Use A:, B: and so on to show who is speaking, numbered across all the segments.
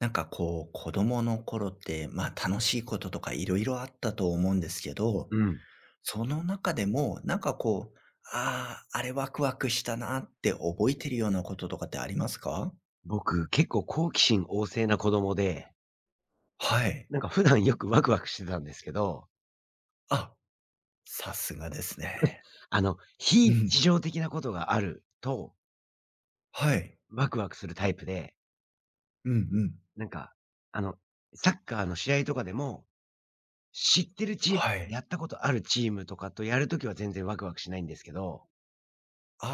A: なんかこう、子供の頃って、まあ楽しいこととかいろいろあったと思うんですけど、
B: うん。
A: その中でも、なんかこう、ああ、あれワクワクしたなって覚えてるようなこととかってありますか？
B: 僕、結構好奇心旺盛な子供で、
A: はい。
B: なんか普段よくワクワクしてたんですけど、
A: あ、さすがですね。う
B: 非日
A: ん。
B: 常的なことがあると、
A: はい。
B: ワクワクするタイプで、
A: うんうん。
B: なんか、あの、サッカーの試合とかでも、知ってるチーム、
A: はい。
B: やったことあるチームとかとやるときは全然ワクワクしないんですけど、
A: あ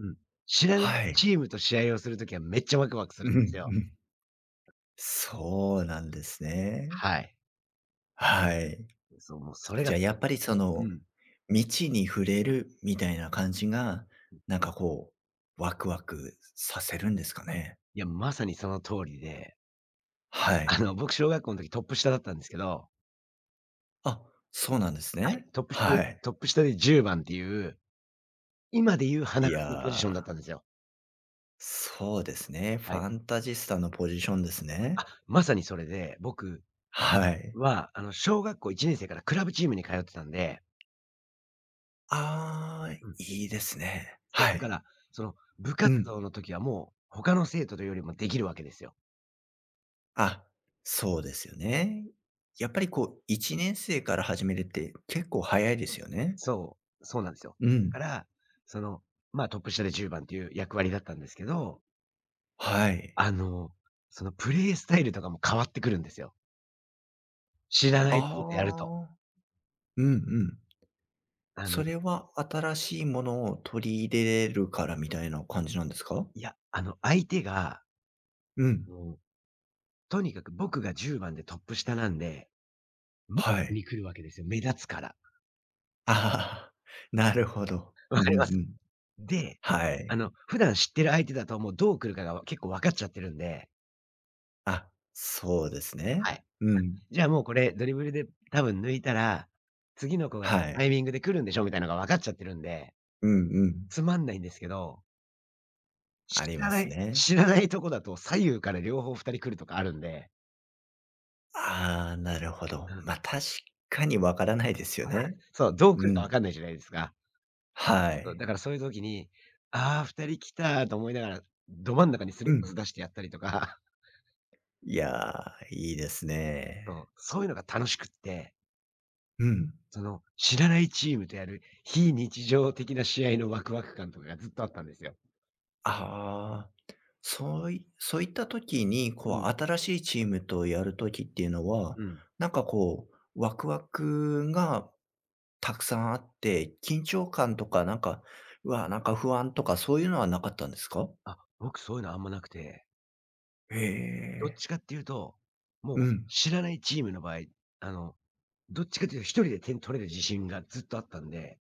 A: あ、
B: ん。知らない
A: はい。
B: チームと試合をするときはめっちゃワクワクする
A: う
B: んです
A: ん
B: よ。
A: うん。そうなんですね。
B: はい。
A: はい。
B: そう、もうそれが、
A: じゃあやっぱりそ
B: う
A: の、
B: ん。
A: 未知に触れるみたいな感じが、なんかこう、ワクワクさせるんですかね？
B: いや、まさにその通りで、
A: はい。
B: 僕小学校の時トップ下だったんですけど、
A: あ、そうなんです
B: はい、
A: ね。
B: トップ下
A: はい。
B: トップ下で10番っていう、今でいう花
A: い
B: 書
A: や
B: きのポジションだったん
A: ー、
B: ですよ。
A: そうですね。フ
B: はい。
A: ァンタジスタのポジションですね。
B: あ、まさにそれで、僕
A: はい。
B: は、小学校1年生からクラブチームに通ってたんで、
A: あー
B: うん、
A: いいですね。
B: そう、
A: は
B: だか
A: い。
B: ら、その、部
A: う
B: 活
A: ん。
B: 動の時はもう、他の生徒とよりもできるわけですよ。
A: あ、そうですよね。やっぱりこう、1年生から始めるって結構早いですよね？
B: そう、そうなんですよ。
A: うん。
B: だから、その、まあ、トップ下で10番っていう役割だったんですけど、
A: はい。
B: あの、そのプレイスタイルとかも変わってくるんですよ。知らな
A: あ
B: いことやると。
A: あ。うんうん。
B: あの、
A: それは新しいものを取り入れれるからみたいな感じなんですか？
B: いや、相手が、
A: うん、
B: もうとにかく僕が10番でトップ下なんで、ムッ
A: は
B: ク
A: い。
B: に来るわけですよ、目立つから。
A: ああ、なるほど。う
B: わか
A: ん
B: り
A: う
B: ます？
A: ん。
B: で、
A: はい。
B: 普段知ってる相手だともうどう来るかが結構分かっちゃってるんで、
A: あ、そうです
B: は
A: ね。
B: い。
A: うん。
B: じゃあもうこれドリブルで多分抜いたら、次の子が
A: は
B: タ
A: い。
B: イミングで来るんでしょみたいなのが分かっちゃってるんで、
A: うんうん。
B: つまんないんですけど、
A: あ
B: 知
A: り
B: ら
A: ま
B: な
A: す
B: い
A: ね。
B: 知らないとこだと左右から両方2人来るとかあるんで、
A: ああ、なるほど。
B: うん、
A: まあ、確かにわからないですよね。
B: そう、どう来
A: う
B: るか分
A: ん。
B: かんないじゃないですか。
A: は
B: そう、
A: い。
B: だからそういう時に、ああ、2人来たと思いながら、ど真ん中にスリ
A: う
B: ッパ
A: ん。
B: ず出してやったりとか、
A: いやー、いいです ね。
B: そう、そういうのが楽しくって、
A: うん。
B: その、知らないチームとやる非日常的な試合のワクワク感とかがずっとあったんですよ。
A: ああ、そういった時に、
B: う
A: こう、
B: ん、
A: 新しいチームとやる時っていうのは、
B: うん。
A: なんかこう、ワクワクがたくさんあって、緊張感とか、なんか、うわ、なんか不安とか、そういうのはなかったんですか？
B: あ、僕そういうのあんまなくて、
A: へ
B: どっ
A: え、
B: ちかっていうと、もう
A: うん、
B: 知らないチームの場合、あの、どっちかっていうと一人で点取れる自信がずっとあったんで、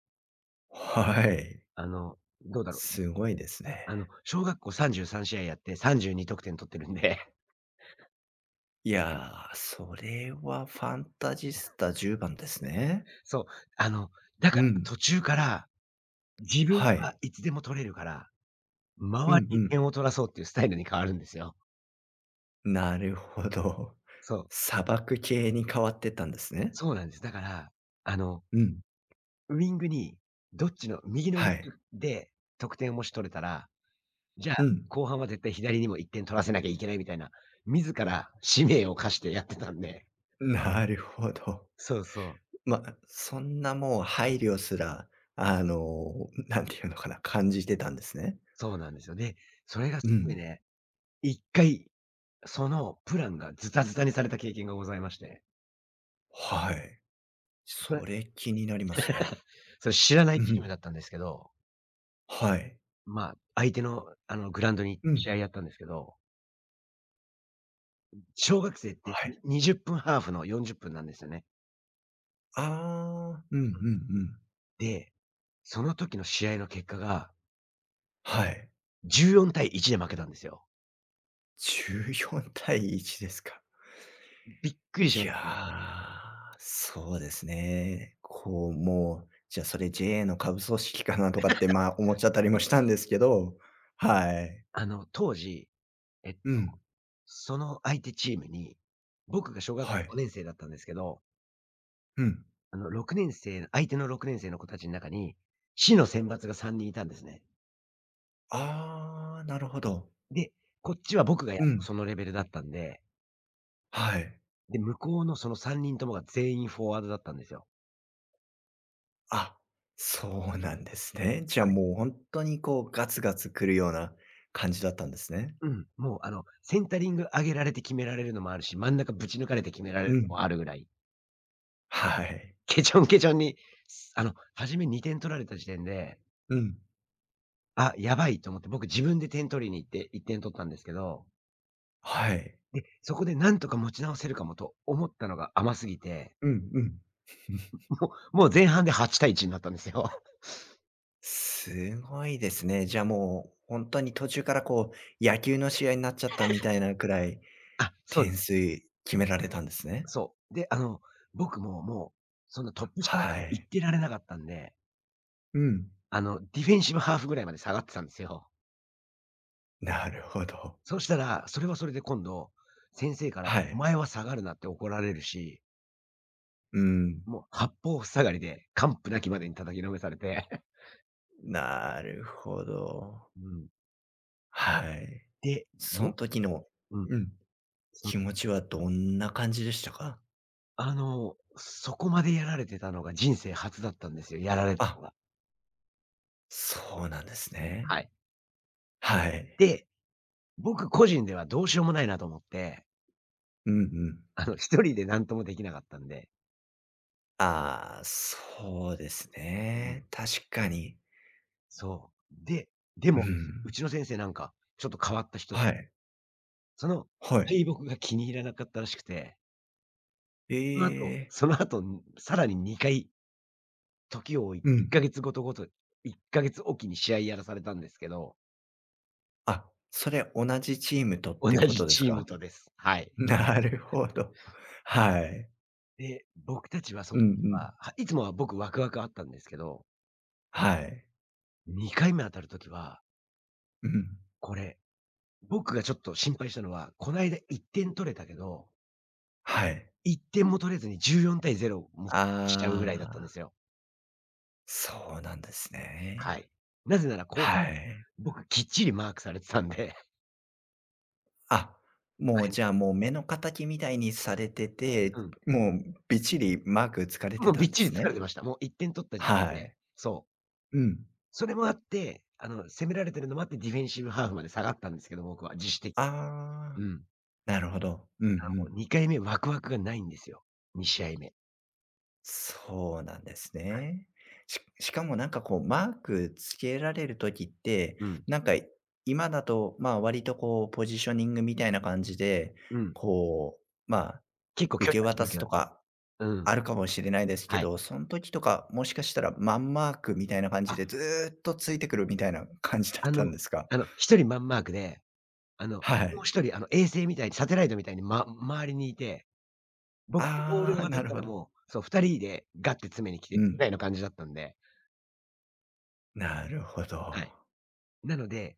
A: はい、
B: どうだろう、
A: すごいですね。
B: 小学校33試合やって32得点取ってるんで、
A: いやー、それはファンタジスタ10番ですね。
B: そう、あの、だか
A: う
B: ら
A: ん、
B: 途中から、自分
A: は
B: は
A: い。
B: いつでも取れるから、
A: う
B: 周
A: ん
B: り
A: う
B: に
A: ん。
B: 点を取らそうっていうスタイルに変わるんですよ。
A: なるほど。
B: そう、
A: 砂漠系に変わってったんですね。
B: そうなんです。だから、あの、
A: うん。
B: ウイングに、どっちの右のウィン
A: はい。
B: グで得点をもし取れたら、じゃあ、
A: うん。
B: 後半は絶対左にも1点取らせなきゃいけないみたいな、自ら使命を課してやってたんで。
A: なるほど。
B: そうそう、
A: ま、そんなもう配慮すら、あの、なんていうのかな、感じてたんですね。
B: そうなんですよ。で、それが
A: う
B: すごい
A: ん。
B: ね、1回、そのプランがズタズタにされた経験がございまして。
A: はい。それ気になりますね。
B: それ知らない
A: う
B: チームだ
A: ん。
B: ったんですけど、
A: はい。
B: まあ、相手のあのグラウンドに
A: うん。
B: 試合やったんですけど、小学生って
A: はい。
B: に20分ハーフの40分なんですよね。
A: ああ、うんうんうん。
B: で、その時の試合の結果が
A: はい。
B: 14対1で負けたんですよ。
A: 14対1ですか。
B: びっくりし
A: い
B: まし
A: や
B: たね。
A: ー、そうですね。こう、もう、じゃあそれ JA の下部組織かなとかって、まあ、思っちゃったりもしたんですけど、はい。
B: 当時、え、
A: うん、
B: その相手チームに、僕が小学
A: はい。
B: 5年生だったんですけど、
A: うん。
B: あの6年生相手の6年生の子たちの中に、市の選抜が3人いたんですね。
A: ああ、なるほど。
B: で、こっちは僕がや
A: うん、
B: そのレベルだったんで、
A: はい。
B: で、向こうのその3人ともが全員フォワードだったんですよ。
A: あ、そうなんですね。じゃあもう本当にこうガツガツ来るような感じだったんですね。
B: うん。もうセンタリング上げられて決められるのもあるし、真ん中ぶち抜かれて決められ
A: う
B: るの
A: ん、
B: もあるぐらい、
A: はい。
B: けちょんけちょんに、すあの、初め2点取られた時点で、
A: うん、
B: あ、やばいと思って、僕自分で点取りに行って1点取ったんですけど、
A: はい。
B: で、そこでなんとか持ち直せるかもと思ったのが甘すぎて、
A: うんうん。
B: もう前半で8対1になったんですよ。
A: すごいですね。じゃあもう、本当に途中からこう、野球の試合になっちゃったみたいなくらい、
B: あ、そうで
A: 点
B: す。
A: 数決められたんですね。
B: そう。で、僕ももう、そんなトップ下
A: は
B: 行っ
A: い。
B: てられなかったんで、
A: うん。
B: ディフェンシブハーフぐらいまで下がってたんですよ。
A: なるほど。
B: そしたら、それはそれで今度、先生から、
A: は
B: お
A: い。
B: 前は下がるなって怒られるし、
A: うん。
B: もう八方塞がりで、完膚なきまでに叩きのめされて、
A: なるほど。
B: うん。
A: は い。
B: で、
A: その
B: も
A: 時の
B: うん、
A: うん、
B: そ
A: 気持ちはどんな感じでしたか？
B: あの、そこまでやられてたのが人生初だったんですよ、やられたの
A: あ、
B: が。
A: そうなんです
B: は
A: ね。
B: い。
A: はい。
B: で、僕個人ではどうしようもないなと思って、
A: うんうん。
B: 1人で何ともできなかったんで。
A: ああ、そうです
B: うん。
A: ね。確かに。
B: そう。で、で
A: う
B: も、う
A: ん。
B: ちの先生なんか、ちょっと変わった人、
A: はい。
B: その
A: はい。
B: 敗北が気に入らなかったらしくて、そ
A: え
B: の後
A: え。
B: その後、さらに2回時を置いて、
A: う
B: 1
A: ん。
B: ヶ月ごと1ヶ月おきに試合やらされたんですけど、
A: あ、それ同じチームとっ
B: 同
A: てこ
B: じ
A: とです
B: チーム
A: か？
B: とです。はい。
A: なるほど。はい。
B: で、僕たちはそ
A: う
B: の
A: んう
B: 時
A: ん。
B: は、いつもは僕ワクワクあったんですけど、
A: はい。
B: 2回目当たる時は、
A: うん。
B: これ、僕がちょっと心配したのは、こないだ1点取れたけど、
A: はい。
B: 1点も取れずに14対0もしちゃうぐらいだったんで
A: ああ、
B: すよ。
A: そうなんです
B: は
A: ね。
B: い。なぜならこう
A: はい。
B: 僕きっちりマークされてたんで。
A: あ、もうじゃあ、もう目の敵みたいにされて
B: う
A: て、
B: ん。
A: もうびっちりマークつかれ
B: も
A: て
B: う
A: た
B: びっ
A: んで
B: ちり
A: す
B: 疲れ
A: ね。
B: てました。もう1点取った時
A: は
B: 点で
A: い。
B: そう。
A: うん。
B: それもあって、攻められてるのもあって、ディフェンシブハーフまで下がったんですけど、僕は自主的、
A: ああ、
B: うん。
A: なるほど。うんう
B: もう
A: ん。
B: 2回目ワクワクがないんですよ。2試合目。
A: そうなんですね。しかもなんかこう、マークつけられる時って、
B: うん。
A: なんか今だと、まあ、割とこうポジショニングみたいな感じで、
B: うん。
A: こう、まあ、
B: 結構
A: 受
B: 距離
A: け
B: 空け
A: 渡
B: る
A: す
B: けど、
A: とか
B: うん。
A: あるかもしれないですけ
B: はい。
A: ど、その時とか、もしかしたらマンマークみたいな感じ
B: あ、
A: でずーっとついてくるみたいな感じだっ
B: あ
A: た
B: の
A: んですか？
B: 1人マンマークで、あの、
A: は
B: もう
A: い。
B: 1人衛星みたいにサテライトみたいに、周りにいて、僕ボール
A: あ
B: が
A: あ、
B: 渡
A: な
B: っ
A: る
B: た
A: ほ
B: ら
A: ど。
B: もう、そう、2人でガッて詰めに来
A: う
B: てぐ
A: ん。
B: らいの感じだったんで、
A: なるほ
B: は
A: ど。
B: い。なので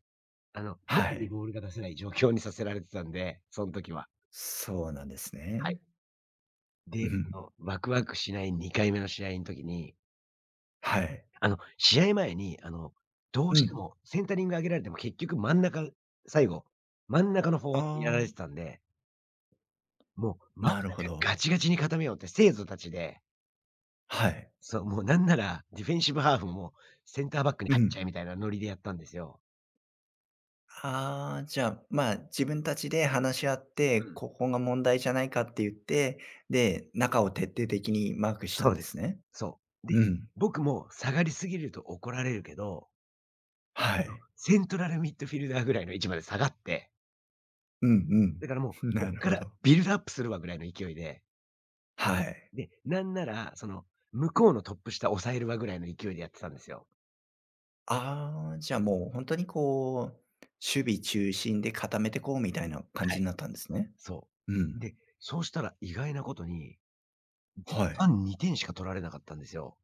B: 無
A: は
B: に
A: い。
B: ボールが出せない状況にさせられてたんで、そん時は。
A: そうなんです
B: はい。
A: ね。う
B: で、
A: ん。
B: ワクワクしない2回目の試合ん時に、
A: はい。
B: 試合前に、どう
A: う
B: して
A: ん。
B: もセンタリング上げられても結局真ん中、最後、真ん中のフォ
A: あ
B: ワードにやられ
A: あ、
B: てたんで、もう真ん中
A: なるほど。
B: ガチガチに固めようって生徒たちで、
A: はい。
B: そう、もうなんならディフェンシブハーフもセンターバックに
A: う
B: 入っちゃ
A: ん。
B: えみたいなノリでやったんですよ。
A: ああ、じゃあ、まあ、自分たちで話し合って、ここが問題じゃないかって言って、で、中を徹底的にマークした
B: そ
A: ん
B: う
A: で
B: で
A: す
B: す。
A: ね。
B: そう。で、
A: うん。
B: 僕も下がりすぎると怒られるけど、
A: は
B: そう、
A: い。
B: セントラルミッドフィルダーぐらいの位置まで下がって、
A: うん
B: だからもう、
A: うん。
B: こ
A: な
B: っ
A: る
B: か
A: ほ
B: ら
A: ど。
B: ビルドアップするわぐらいの勢いで、
A: はい。
B: で、なんなら、その、向こうのトップ下抑えるわぐらいの勢いでやってたんですよ。
A: ああ、じゃあもう本当にこう、守備中心で固めてこうみたいな感
B: は
A: じ
B: い。
A: になったんですね。
B: そ
A: う
B: う。
A: ん。
B: で、そうしたら意外なことに、前
A: はい。
B: 半2点しか取られなかったんですよ。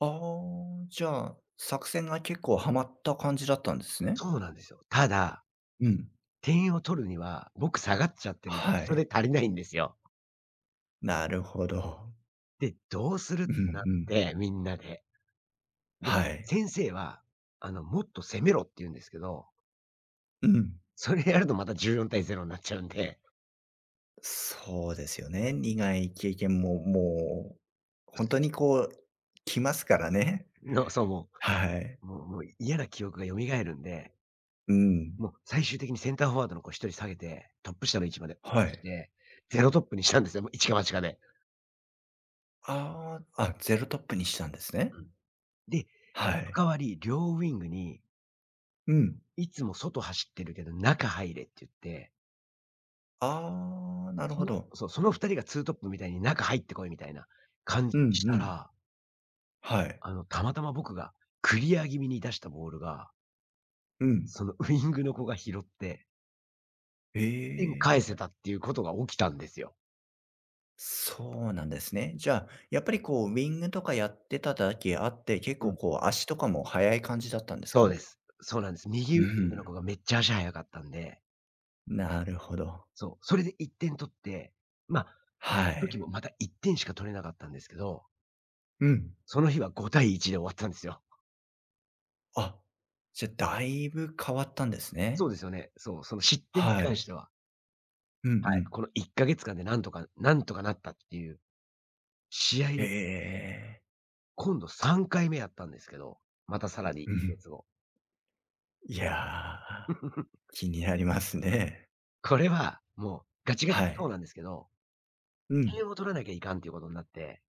A: ああ、じゃあ、作戦が結構ハマった感じだったんですね。
B: そうなんですよ。ただ、
A: うん。
B: 点を取るには、僕下がっちゃって
A: は
B: 人
A: い。
B: で足りないんですよ。
A: なるほど。
B: で、どうするっ
A: うん
B: てなっ
A: うん。
B: て、みんなで。で、
A: はい。
B: 先生は、もっと攻めろって言うんですけど、
A: うん。
B: それやるとまた14対0になっちゃうんで、
A: そうですよね。苦い経験も、もう、本当にこう、来ますからね。
B: のそう、も
A: はい。
B: うもうもう嫌な記憶が蘇るんで、
A: うん。
B: もう最終的にセンターフォワードの子一人下げて、トップ下の位置まで
A: はい。
B: てゼロ0トップにしたんですよ、もう一か八かで。
A: ああ、あ、ゼロトップにしたんですね。
B: うん。で、
A: は
B: お
A: い。
B: 代わり両ウィングに、
A: うん。
B: いつも外走ってるけど中入れって言って、
A: ああ、なるほど。
B: その2人がツートップみたいに中入ってこいみたいな感じ
A: うんう
B: した
A: ん。
B: ら、
A: はい。
B: たまたま僕がクリア気味に出したボールが、
A: うん。
B: そのウィングの子が拾って
A: え
B: 1点返
A: え、
B: せたっていうことが起きたんですよ。
A: そうなんですね。じゃあ、やっぱりこう、ウィングとかやってただけあって、結
B: うん、
A: 構こう、足とかも速い感じだったんです
B: そう
A: か？
B: です。そうなんです。右ウ
A: う
B: イングの
A: ん。
B: 子がめっちゃ足速かったんで、
A: なるほど。
B: そう、それで1点取って、まあ、
A: は
B: 時
A: い。
B: もまた1点しか取れなかったんですけど、
A: うん。
B: その日は5対1で終わったんですよ。
A: あ、じゃ、あだいぶ変わったんです
B: そ
A: ね。
B: うですよね。そう、その失点に
A: は
B: 関し
A: い。
B: ては、
A: うんう
B: はい、
A: ん。
B: この1か月間でなんとかなんとかなったっていう試合に
A: え
B: なって、
A: ええ。
B: 今度3回目やったんですけど、またさらにいっ
A: う
B: か
A: ん。
B: 月後。
A: いや、気になりますね。
B: これはもうガチガチ
A: は
B: そう
A: い。
B: なんですけど、
A: うん。
B: 点を取らなきゃいかんっていうことになって、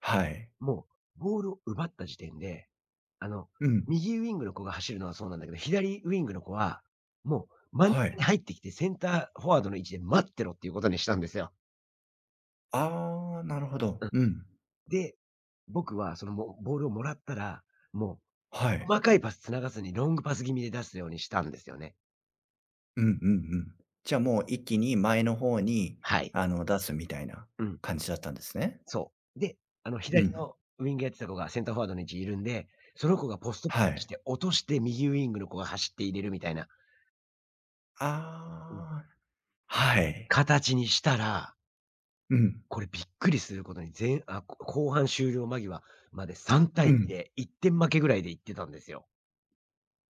A: はい。
B: もう、ボールを奪った時点で、あの、
A: うん。
B: 右ウィングの子が走るのはそうなんだけど、左ウィングの子は、もう真ん
A: は
B: 中に
A: い。
B: 入ってきて、センターフォワードの位置で待ってろっていうことにしたんですよ。
A: ああ、なるほ
B: う
A: ど。
B: ん。
A: うん。
B: で、僕はそのもボールをもらったら、も
A: は
B: う
A: い。
B: 細かいパス繋がずにロングパス気味で出すようにしたんですよね。
A: うんうんうん。じゃあ、もう一気に前の方に、
B: はい。
A: あの、出すみたいな
B: うん、
A: 感じだったんですね。
B: そう。で、
A: う
B: 左
A: ん。
B: のウィングやってた子がセンターフォワードの位置いるんで、その子がポスト
A: は
B: し
A: い。
B: て落として右ウィングの子が走って入れるみたいな、
A: あ
B: うん、
A: あ、はい。
B: 形にしたら、
A: うん。
B: これびっくりすることに、ぜあ、こ後半終了間際まで3
A: う
B: 対2
A: ん。
B: で1点負けぐらいで行ってたんですよ。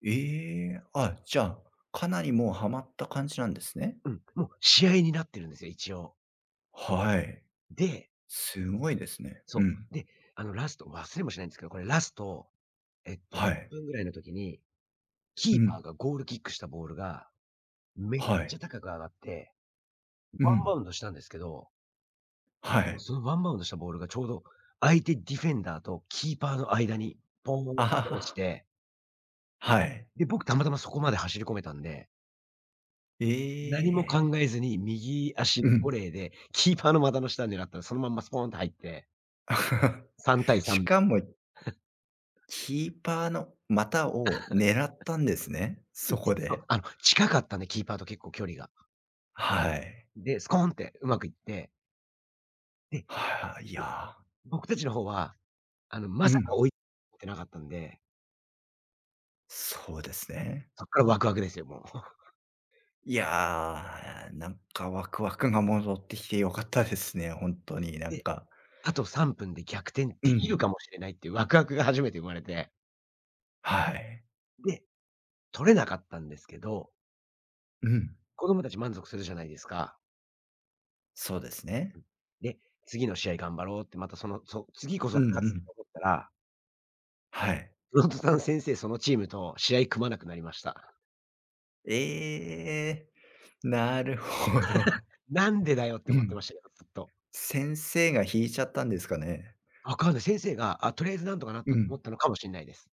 A: ええ、あ、じゃあ、かなりもうハマった感じなんですね。
B: うん、もう試合になってるんですよ、一応。
A: はい。
B: で、
A: すごいですね。
B: そ
A: うん。
B: う。で、あのラスト、忘れもしないんですけど、これラスト、
A: は
B: 3
A: い。
B: 分ぐらいの時に、キー
A: う
B: パー
A: ん。
B: がゴールキックしたボールが、めっ
A: は
B: ちゃ
A: い。
B: 高く上がって、
A: う
B: ワンバ
A: ん。
B: ウンドしたんですけど、
A: は
B: うん、
A: い。
B: そのワンバウンドしたボールがちょうど、相手ディフェンダーとキーパーの間に、ポーンっ
A: あは
B: て落ち
A: は。
B: て、
A: はい。
B: で、僕たまたまそこまで走り込めたんで、
A: え
B: 何も
A: え。
B: 考えずに右足
A: う
B: のオ
A: ん。
B: レーで、キーパーの股の下を狙ったら、そのまんまスポーンと入って、3対
A: し
B: 3。
A: かも、キーパーの股を狙ったんですね、
B: い
A: そこ
B: そう、
A: で。
B: あの、近かったんで、キーパーと結構距離が。
A: はい。
B: で、スコーンってうまくいって、で、
A: はい、い
B: で、
A: や
B: 僕たちの方は、ま
A: ー、う
B: さか
A: ん。
B: 追いってなかったんで、
A: そうですね。
B: そっからワクワクですよ、もう。
A: いやー、なんかワクワクが戻ってきてよかったですね、本当に。なん
B: で、
A: か
B: あと3分で逆転
A: う
B: できる
A: ん。
B: かもしれないっていうワクワクが初めて生まれて、
A: はい。
B: で、取れなかったんですけど、
A: うん。
B: 子供たち満足するじゃないですか。
A: そうですね。
B: で、次の試合頑張ろうって、また次こ
A: う
B: そ
A: ん
B: 勝
A: う
B: つ
A: ん。
B: と思ったら、
A: はい。
B: フロントさん先生、そのチームと試合組まなくなりました。
A: ええ、なるほど。
B: なんでだよって
A: う
B: 思って
A: ん。
B: ましたけど、ずっと。
A: 先生が引いちゃったんですかね？
B: わかんない。先生が、あ、とりあえずなんとかなっ
A: う
B: たと思
A: ん。
B: ったのかもしんないです。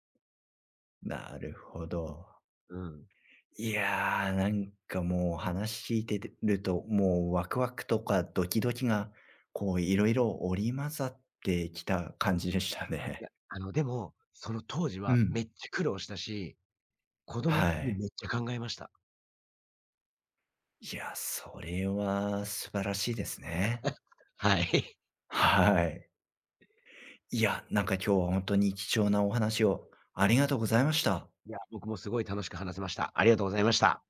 A: なるほど。
B: うん。
A: いやー、なんかもう話聞いてると、もうワクワクとかドキドキが、こういろいろ織り交ざってきた感じでした
B: い
A: ね。
B: や、でも、その当時
A: う
B: は
A: ん。
B: めっちゃ苦労したし、子供
A: は
B: に
A: い。
B: めっちゃ考えました。
A: いや、それは素晴らしいですね。
B: はい。
A: はい。いや、なんか今日は本当に貴重なお話をありがとうございました。
B: いや、僕もすごい楽しく話せました。ありがとうございました。